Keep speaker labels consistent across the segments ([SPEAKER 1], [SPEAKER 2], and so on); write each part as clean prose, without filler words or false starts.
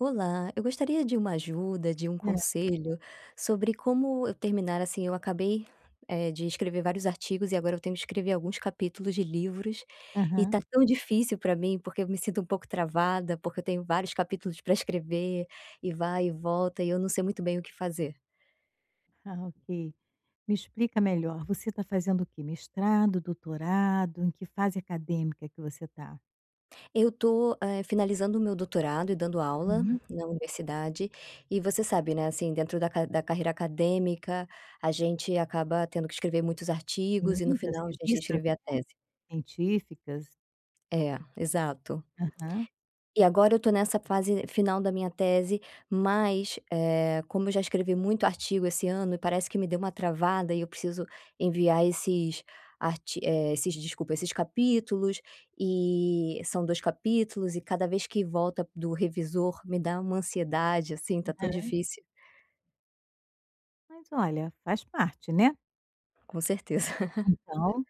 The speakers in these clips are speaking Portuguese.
[SPEAKER 1] Olá, eu gostaria de uma ajuda, de um
[SPEAKER 2] É,
[SPEAKER 1] conselho sobre como eu terminar assim, eu acabei, de escrever vários artigos e agora eu tenho que escrever alguns capítulos de livros, e
[SPEAKER 2] aham.
[SPEAKER 1] tá tão difícil para mim, porque eu me sinto um pouco travada, porque eu tenho vários capítulos para escrever, e vai e volta, e eu não sei muito bem o que fazer.
[SPEAKER 2] Ah, ok. Me explica melhor, você está fazendo o quê? Mestrado, doutorado? Em que fase acadêmica que você está?
[SPEAKER 1] Eu tô, finalizando o meu doutorado e dando aula
[SPEAKER 2] Aham.
[SPEAKER 1] na universidade, e você sabe, né, assim, dentro da ca da carreira acadêmica, a gente acaba tendo que escrever muitos
[SPEAKER 2] Sim,
[SPEAKER 1] artigos e no
[SPEAKER 2] das
[SPEAKER 1] final a gente tem que
[SPEAKER 2] revistas
[SPEAKER 1] escrever a tese.
[SPEAKER 2] científicas.
[SPEAKER 1] É, exato.
[SPEAKER 2] Aham.
[SPEAKER 1] E agora eu tô nessa fase final da minha tese, mas, como eu já escrevi muito artigo esse ano e parece que me deu uma travada e eu preciso enviar esses arti eh, esses desculpa, esses capítulos, e são 2 capítulos e cada vez que volta do revisor me dá uma ansiedade, assim, tá tão
[SPEAKER 2] Aham.
[SPEAKER 1] difícil.
[SPEAKER 2] Mas olha, faz parte, né.
[SPEAKER 1] Com certeza.
[SPEAKER 2] Então,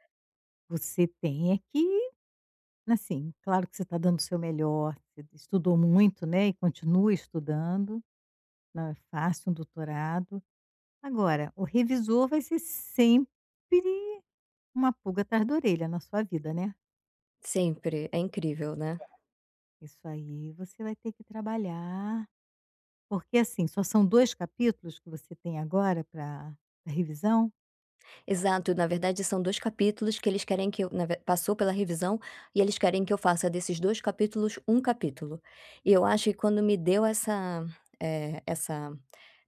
[SPEAKER 2] você tem é que, assim, claro que você está dando o seu melhor, você estudou muito, né, e continua estudando, não é fácil um doutorado. Agora, o revisor vai ser sempre uma pulga atrás da orelha na sua vida, né?
[SPEAKER 1] Sempre, é incrível, né?
[SPEAKER 2] Isso aí você vai ter que trabalhar, porque assim, só são 2 capítulos que você tem agora para pra revisão?
[SPEAKER 1] Exato, na verdade são 2 capítulos que eles querem que eu na ver passou pela revisão, e eles querem que eu faça desses 2 capítulos, um capítulo. E eu acho que quando me deu essa, essa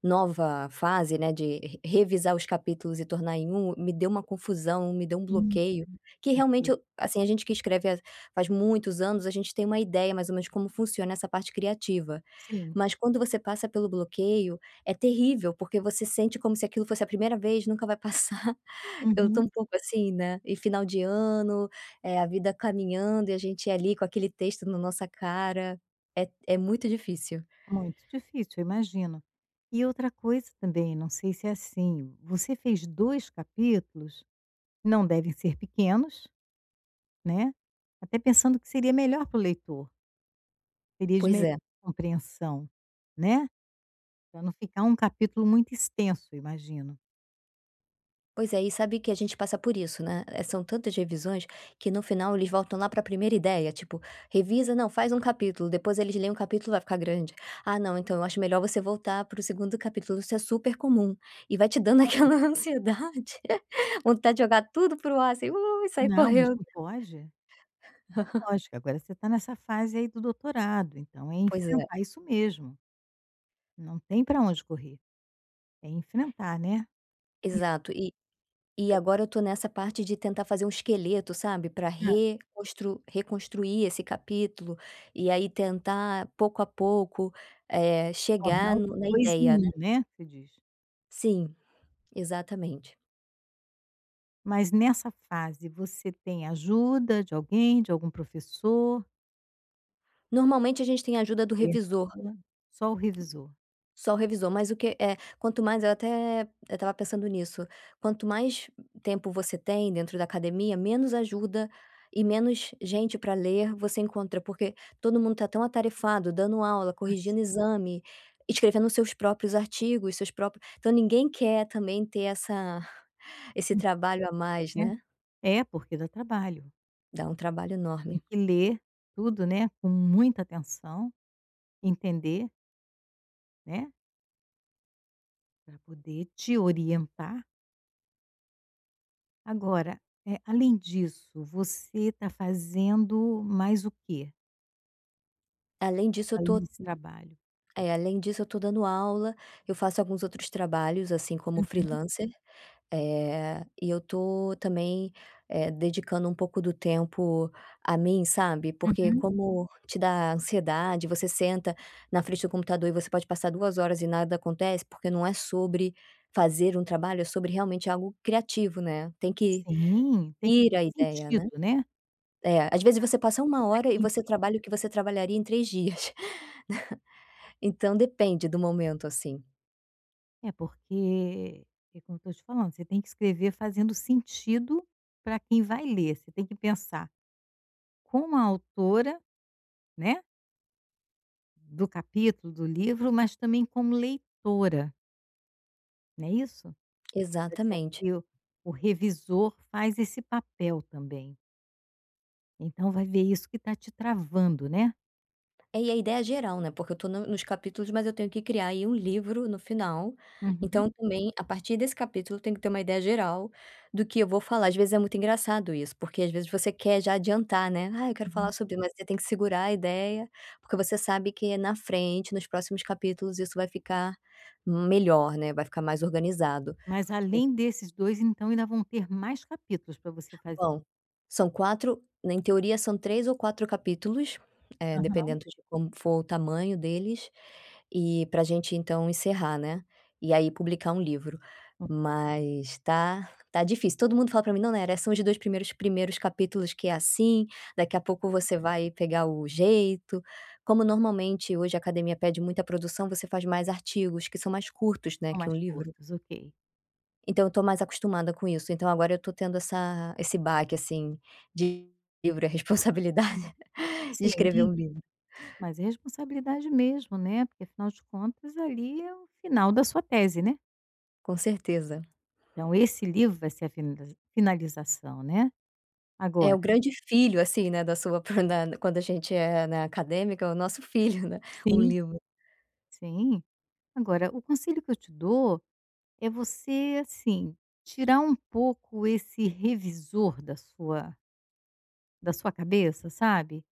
[SPEAKER 1] nova fase, né, de re revisar os capítulos e tornar em um, me deu uma confusão, me deu um
[SPEAKER 2] Hum.
[SPEAKER 1] bloqueio, que realmente eu
[SPEAKER 2] Ok.
[SPEAKER 1] assim, a gente que escreve há faz muitos anos, a gente tem uma ideia mais ou menos como funciona essa parte criativa.
[SPEAKER 2] Sim.
[SPEAKER 1] Mas quando você passa pelo bloqueio, é terrível, porque você sente como se aquilo fosse a primeira vez, nunca vai passar. Eu tô
[SPEAKER 2] Uhum.
[SPEAKER 1] um pouco assim, né, e final de ano, a vida caminhando e a gente ali com aquele texto na nossa cara, é muito difícil.
[SPEAKER 2] Muito difícil, eu imagino. E outra coisa também, não sei se é assim, você fez 2 capítulos, não devem ser pequenos, né, até pensando que seria melhor para o leitor, seria de
[SPEAKER 1] Pois
[SPEAKER 2] melhor
[SPEAKER 1] é.
[SPEAKER 2] compreensão, né, para não ficar um capítulo muito extenso, eu imagino.
[SPEAKER 1] Pois é, e sabe que a gente passa por isso, né, são tantas revisões que no final eles voltam lá para a primeira ideia, tipo: "Revisa, não, faz um capítulo", depois eles leem um capítulo, vai ficar grande. "Ah não, então eu acho melhor você voltar para o segundo capítulo", isso é super comum. E vai te dando
[SPEAKER 2] Olha,
[SPEAKER 1] aquela ansiedade, vontade de jogar tudo para o ar, assim, e sair
[SPEAKER 2] não, mas
[SPEAKER 1] correndo.
[SPEAKER 2] não pode. Lógico, agora você está nessa fase aí do doutorado, então é
[SPEAKER 1] Pois é,
[SPEAKER 2] enfrentar isso mesmo, não tem para onde correr, é enfrentar, né. E
[SPEAKER 1] exato. E agora eu tô nessa parte de tentar fazer um esqueleto, sabe, para
[SPEAKER 2] hã,
[SPEAKER 1] reconstruir esse capítulo, e aí tentar pouco a pouco,
[SPEAKER 2] Tornar
[SPEAKER 1] chegar
[SPEAKER 2] os
[SPEAKER 1] no na
[SPEAKER 2] 2 em
[SPEAKER 1] ideia, né.
[SPEAKER 2] um, né, você diz.
[SPEAKER 1] Sim, exatamente.
[SPEAKER 2] Mas nessa fase você tem ajuda de alguém, de algum professor,
[SPEAKER 1] Normalmente a gente tem a ajuda do revisor.
[SPEAKER 2] orientador? Só o revisor.
[SPEAKER 1] Só o revisor, mas o que é, quanto mais eu até eu estava pensando nisso, quanto mais tempo você tem dentro da academia, menos ajuda e menos gente para ler você encontra, porque todo mundo tá tão atarefado, dando aula,
[SPEAKER 2] Ah,
[SPEAKER 1] corrigindo exame, escrevendo seus próprios artigos, seus próprios, então ninguém quer também ter essa esse trabalho a mais,
[SPEAKER 2] né.
[SPEAKER 1] né,
[SPEAKER 2] É, porque dá trabalho,
[SPEAKER 1] dá um trabalho enorme.
[SPEAKER 2] tem que ler tudo, né, com muita atenção, entender, né, para poder te orientar. Agora, além disso, você está fazendo mais o quê,
[SPEAKER 1] Além disso eu
[SPEAKER 2] além
[SPEAKER 1] tô,
[SPEAKER 2] desse trabalho?
[SPEAKER 1] é, além disso eu tô dando aula, eu faço alguns outros trabalhos, assim, como
[SPEAKER 2] Hum,
[SPEAKER 1] freelancer. E eu tô também, dedicando um pouco do tempo a mim, sabe, porque
[SPEAKER 2] uhum.
[SPEAKER 1] como te dá ansiedade, você senta na frente do computador e você pode passar 2 horas e nada acontece, porque não é sobre fazer um trabalho, é sobre realmente algo criativo, né, tem que
[SPEAKER 2] Sim, tem
[SPEAKER 1] ir a ideia, né.
[SPEAKER 2] sentido, né.
[SPEAKER 1] É, às vezes você
[SPEAKER 2] Fazer
[SPEAKER 1] passa uma
[SPEAKER 2] pra
[SPEAKER 1] hora e
[SPEAKER 2] quem
[SPEAKER 1] você
[SPEAKER 2] vive.
[SPEAKER 1] trabalha o que você trabalharia em 3 dias. Então depende do momento, assim.
[SPEAKER 2] É, porque é como eu tô te falando, você tem que escrever fazendo sentido para quem vai ler. Você tem que pensar como a autora, né, do capítulo, do livro, mas também como leitora, não é isso? Tá dizendo
[SPEAKER 1] Exatamente.
[SPEAKER 2] que o revisor faz esse papel também. Então vai ver isso que está te travando, né.
[SPEAKER 1] É, e a ideia é geral, né, porque eu tô no nos capítulos, mas eu tenho que criar aí um livro no final,
[SPEAKER 2] Uhum,
[SPEAKER 1] então também, a partir desse capítulo, eu tenho que ter uma ideia geral do que eu vou falar. Às vezes é muito engraçado isso, porque às vezes você quer já adiantar, né, "Ah, eu quero falar
[SPEAKER 2] uhum.
[SPEAKER 1] sobre", mas você tem que segurar a ideia, porque você sabe que na frente, nos próximos capítulos, isso vai ficar melhor, né, vai ficar mais organizado.
[SPEAKER 2] Mas além desses 2, então ainda vão ter mais capítulos para você fazer.
[SPEAKER 1] Bom, são 4. Na em teoria são 3 ou 4 capítulos,
[SPEAKER 2] Aham.
[SPEAKER 1] dependendo de como for o tamanho deles, e pra gente então encerrar, né, e aí publicar um livro.
[SPEAKER 2] Hum,
[SPEAKER 1] Mas tá difícil, todo mundo fala pra mim: "Não, Nayara, são os 2 primeiros capítulos que é assim, daqui a pouco você vai pegar o jeito". Como normalmente hoje a academia pede muita produção, você faz mais artigos que são mais curtos, né,
[SPEAKER 2] são
[SPEAKER 1] que um
[SPEAKER 2] mais
[SPEAKER 1] livro.
[SPEAKER 2] curtos, ok.
[SPEAKER 1] Então eu tô mais acostumada com isso, então agora eu tô tendo essa esse baque, assim, de livro, é a responsabilidade de escrever
[SPEAKER 2] Sim.
[SPEAKER 1] um livro,
[SPEAKER 2] Mas é responsabilidade mesmo, né, porque afinal de contas ali é o final da sua tese, né.
[SPEAKER 1] com certeza.
[SPEAKER 2] Então esse livro vai ser a finalização, né.
[SPEAKER 1] É
[SPEAKER 2] Agora
[SPEAKER 1] o grande filho, assim, né, da sua da quando a gente é, na acadêmica, é o nosso filho, né, um
[SPEAKER 2] sim,
[SPEAKER 1] livro.
[SPEAKER 2] sim. Agora o conselho que eu te dou é você, assim, tirar um pouco esse revisor da sua da sua cabeça, sabe,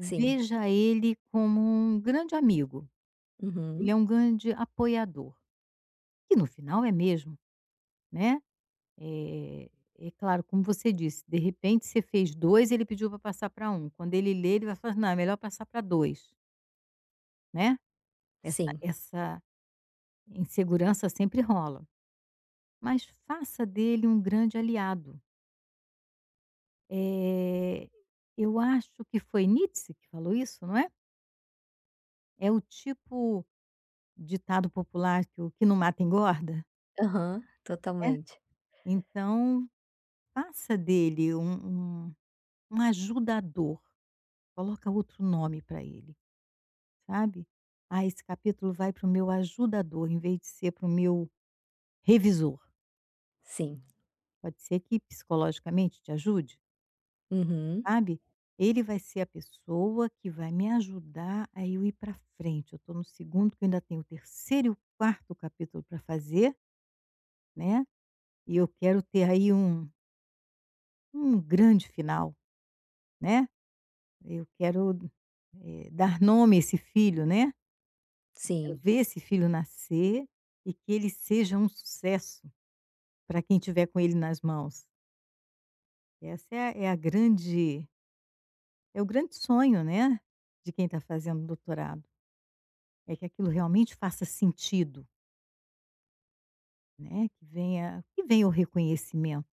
[SPEAKER 1] Sim.
[SPEAKER 2] ele como um grande amigo, ele é
[SPEAKER 1] Uhum.
[SPEAKER 2] um grande apoiador, e no final é mesmo, né, eh, é claro, como você disse, de repente você fez 2, ele pediu para passar para um. Quando ele lê, ele vai falar: "Não, é melhor passar para 2, né, essa
[SPEAKER 1] Sim.
[SPEAKER 2] essa insegurança sempre rola. Mas faça dele um grande aliado. Eh, eu acho que foi Nietzsche que falou isso, não é? É o tipo ditado popular que o que não mata engorda,
[SPEAKER 1] Aham.
[SPEAKER 2] né,
[SPEAKER 1] Totalmente.
[SPEAKER 2] então faça dele um um ajudador, coloca outro nome para ele, sabe. "Ah, esse capítulo vai para o meu ajudador", em vez de ser para o meu revisor.
[SPEAKER 1] Sim.
[SPEAKER 2] Pode ser que psicologicamente te ajude,
[SPEAKER 1] Uhum.
[SPEAKER 2] sabe. Ele vai ser a pessoa que vai me ajudar a eu ir para frente. Eu estou no segundo que eu ainda tenho o terceiro, e o quarto capítulo para fazer, né, e eu quero ter aí um um grande final. Né, eu quero, dar nome a esse filho, né, quero
[SPEAKER 1] Sim.
[SPEAKER 2] ver esse filho nascer e que ele seja um sucesso para quem tiver com ele nas mãos. Essa é a grande é o grande sonho, né, de quem está fazendo doutorado, é que aquilo realmente faça sentido, né, que venha o reconhecimento,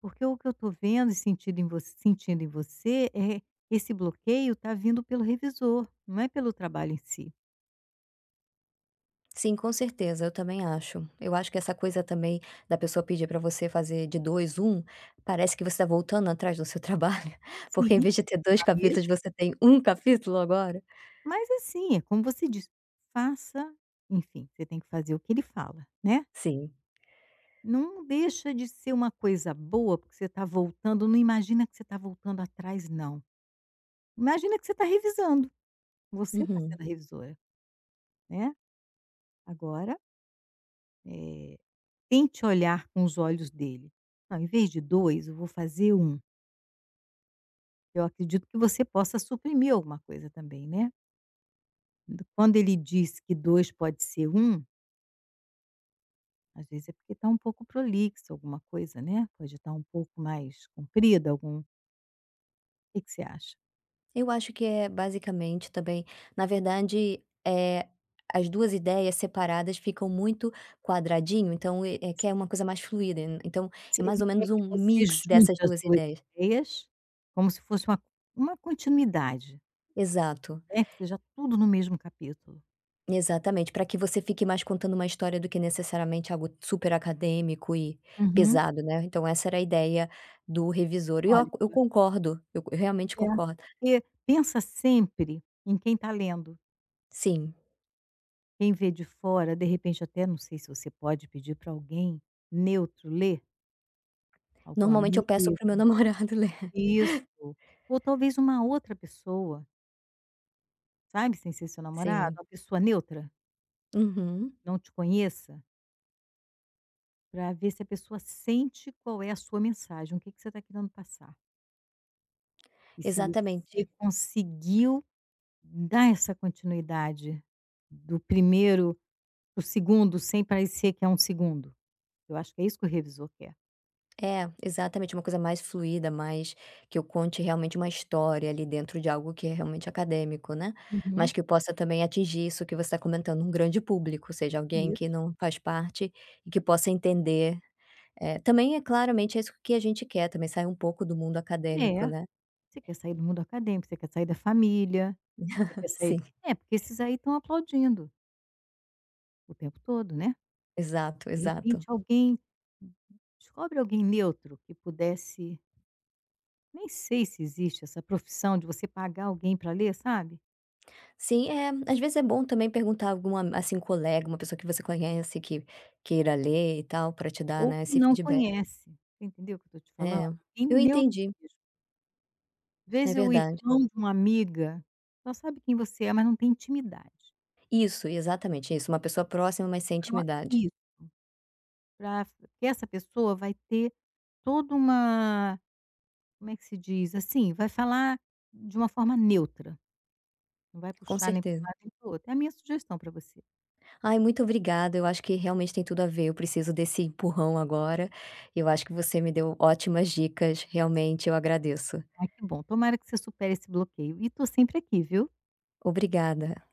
[SPEAKER 2] porque o que eu estou vendo e sentido em você sentindo em você é esse bloqueio tá vindo pelo revisor, não é pelo trabalho em si.
[SPEAKER 1] Sim, com certeza, eu também acho. Eu acho que essa coisa também da pessoa pedir pra você fazer de dois um parece que você tá voltando atrás do seu trabalho,
[SPEAKER 2] Sim,
[SPEAKER 1] porque em vez de ter dois
[SPEAKER 2] tá
[SPEAKER 1] capítulos,
[SPEAKER 2] mesmo.
[SPEAKER 1] você tem um capítulo agora.
[SPEAKER 2] Mas assim, é como você diz, faça enfim, você tem que fazer o que ele fala, né.
[SPEAKER 1] Sim.
[SPEAKER 2] Não deixa de ser uma coisa boa, porque você está voltando não imagina que você está voltando atrás não. Imagina que você está revisando, você está
[SPEAKER 1] Uhum.
[SPEAKER 2] sendo a revisora, né. Agora, eh, tente olhar com os olhos dele. "Não, em vez de 2, eu vou fazer um. Eu acredito que você possa suprimir alguma coisa também, né. Quando ele diz que 2 pode ser um. Às vezes é porque está um pouco prolixo alguma coisa, né, pode estar um pouco mais comprida algum. O que que você acha?
[SPEAKER 1] Eu acho que é basicamente também na verdade, as 2 ideias separadas ficam muito quadradinho, então, é que é
[SPEAKER 2] Sim.
[SPEAKER 1] uma coisa mais fluida, então é
[SPEAKER 2] Se
[SPEAKER 1] mais
[SPEAKER 2] ele
[SPEAKER 1] ou
[SPEAKER 2] quer
[SPEAKER 1] menos
[SPEAKER 2] que
[SPEAKER 1] um
[SPEAKER 2] você
[SPEAKER 1] mix
[SPEAKER 2] junte
[SPEAKER 1] dessas
[SPEAKER 2] as
[SPEAKER 1] 2
[SPEAKER 2] 2
[SPEAKER 1] ideias.
[SPEAKER 2] ideias, como se fosse uma continuidade,
[SPEAKER 1] Exato.
[SPEAKER 2] né, que seja tudo no mesmo capítulo.
[SPEAKER 1] Exatamente, para que você fique mais contando uma história do que necessariamente algo super acadêmico e
[SPEAKER 2] Uhum.
[SPEAKER 1] pesado, né. Então essa era a ideia do revisor. E
[SPEAKER 2] Olha que
[SPEAKER 1] eu
[SPEAKER 2] ba
[SPEAKER 1] concordo, eu realmente
[SPEAKER 2] É,
[SPEAKER 1] concordo.
[SPEAKER 2] porque pensa sempre em quem está lendo,
[SPEAKER 1] Sim,
[SPEAKER 2] quem vê de fora, de repente até não sei se você pode pedir para alguém neutro ler, algum
[SPEAKER 1] normalmente eu
[SPEAKER 2] amigo,
[SPEAKER 1] peço para meu namorado ler.
[SPEAKER 2] isso, ou talvez uma outra pessoa. Sabe, sem ser seu namorado,
[SPEAKER 1] Sim.
[SPEAKER 2] uma pessoa neutra,
[SPEAKER 1] Uhum.
[SPEAKER 2] não te conheça, para ver se a pessoa sente qual é a sua mensagem, o que que você está querendo passar. E se
[SPEAKER 1] Exatamente.
[SPEAKER 2] você conseguiu dar essa continuidade do primeiro para o segundo, sem parecer que é um segundo. Eu acho que é isso que o revisor quer.
[SPEAKER 1] É, exatamente, uma coisa mais fluida, mais que eu conte realmente uma história ali dentro de algo que é realmente acadêmico, né. Mas
[SPEAKER 2] Uhum.
[SPEAKER 1] que eu possa também atingir isso que você está comentando, um grande público, ou seja, alguém que
[SPEAKER 2] Isso.
[SPEAKER 1] não faz parte e que possa entender. É, também é claramente é isso que a gente quer também, sair um pouco do mundo acadêmico,
[SPEAKER 2] É.
[SPEAKER 1] né.
[SPEAKER 2] Você quer sair do mundo acadêmico, você quer sair da família, você quer sair
[SPEAKER 1] Sim,
[SPEAKER 2] é, porque esses aí estão aplaudindo o tempo todo, né.
[SPEAKER 1] exato,
[SPEAKER 2] De
[SPEAKER 1] exato.
[SPEAKER 2] repente alguém descobre alguém neutro que pudesse nem sei se existe essa profissão de você pagar alguém para ler, sabe,
[SPEAKER 1] Sim, é, às vezes é bom também perguntar alguma, assim, colega, uma pessoa que você conhece que queira ler e tal, para te dar,
[SPEAKER 2] ou
[SPEAKER 1] né,
[SPEAKER 2] que
[SPEAKER 1] esse
[SPEAKER 2] não
[SPEAKER 1] feedback.
[SPEAKER 2] conhece, você entendeu o que eu estou te falando?
[SPEAKER 1] É,
[SPEAKER 2] Alguém
[SPEAKER 1] eu
[SPEAKER 2] neutro
[SPEAKER 1] entendi,
[SPEAKER 2] mesmo. Às
[SPEAKER 1] é
[SPEAKER 2] vezes o
[SPEAKER 1] verdade.
[SPEAKER 2] irmão de uma amiga só sabe quem você é, mas não tem intimidade.
[SPEAKER 1] Isso, exatamente isso, uma pessoa próxima, mas sem intimidade.
[SPEAKER 2] Isso, para que essa pessoa vai ter toda uma como é que se diz? Assim, vai falar de uma forma neutra, não vai
[SPEAKER 1] Com
[SPEAKER 2] puxar nem para um
[SPEAKER 1] certeza.
[SPEAKER 2] lado nem para o outro. É a minha sugestão para você.
[SPEAKER 1] Ai, muito obrigada, eu acho que realmente tem tudo a ver, eu preciso desse empurrão agora, eu acho que você me deu ótimas dicas, realmente eu agradeço.
[SPEAKER 2] Ah, que bom. Tomara que você supere esse bloqueio. E tô sempre aqui, viu.
[SPEAKER 1] Obrigada.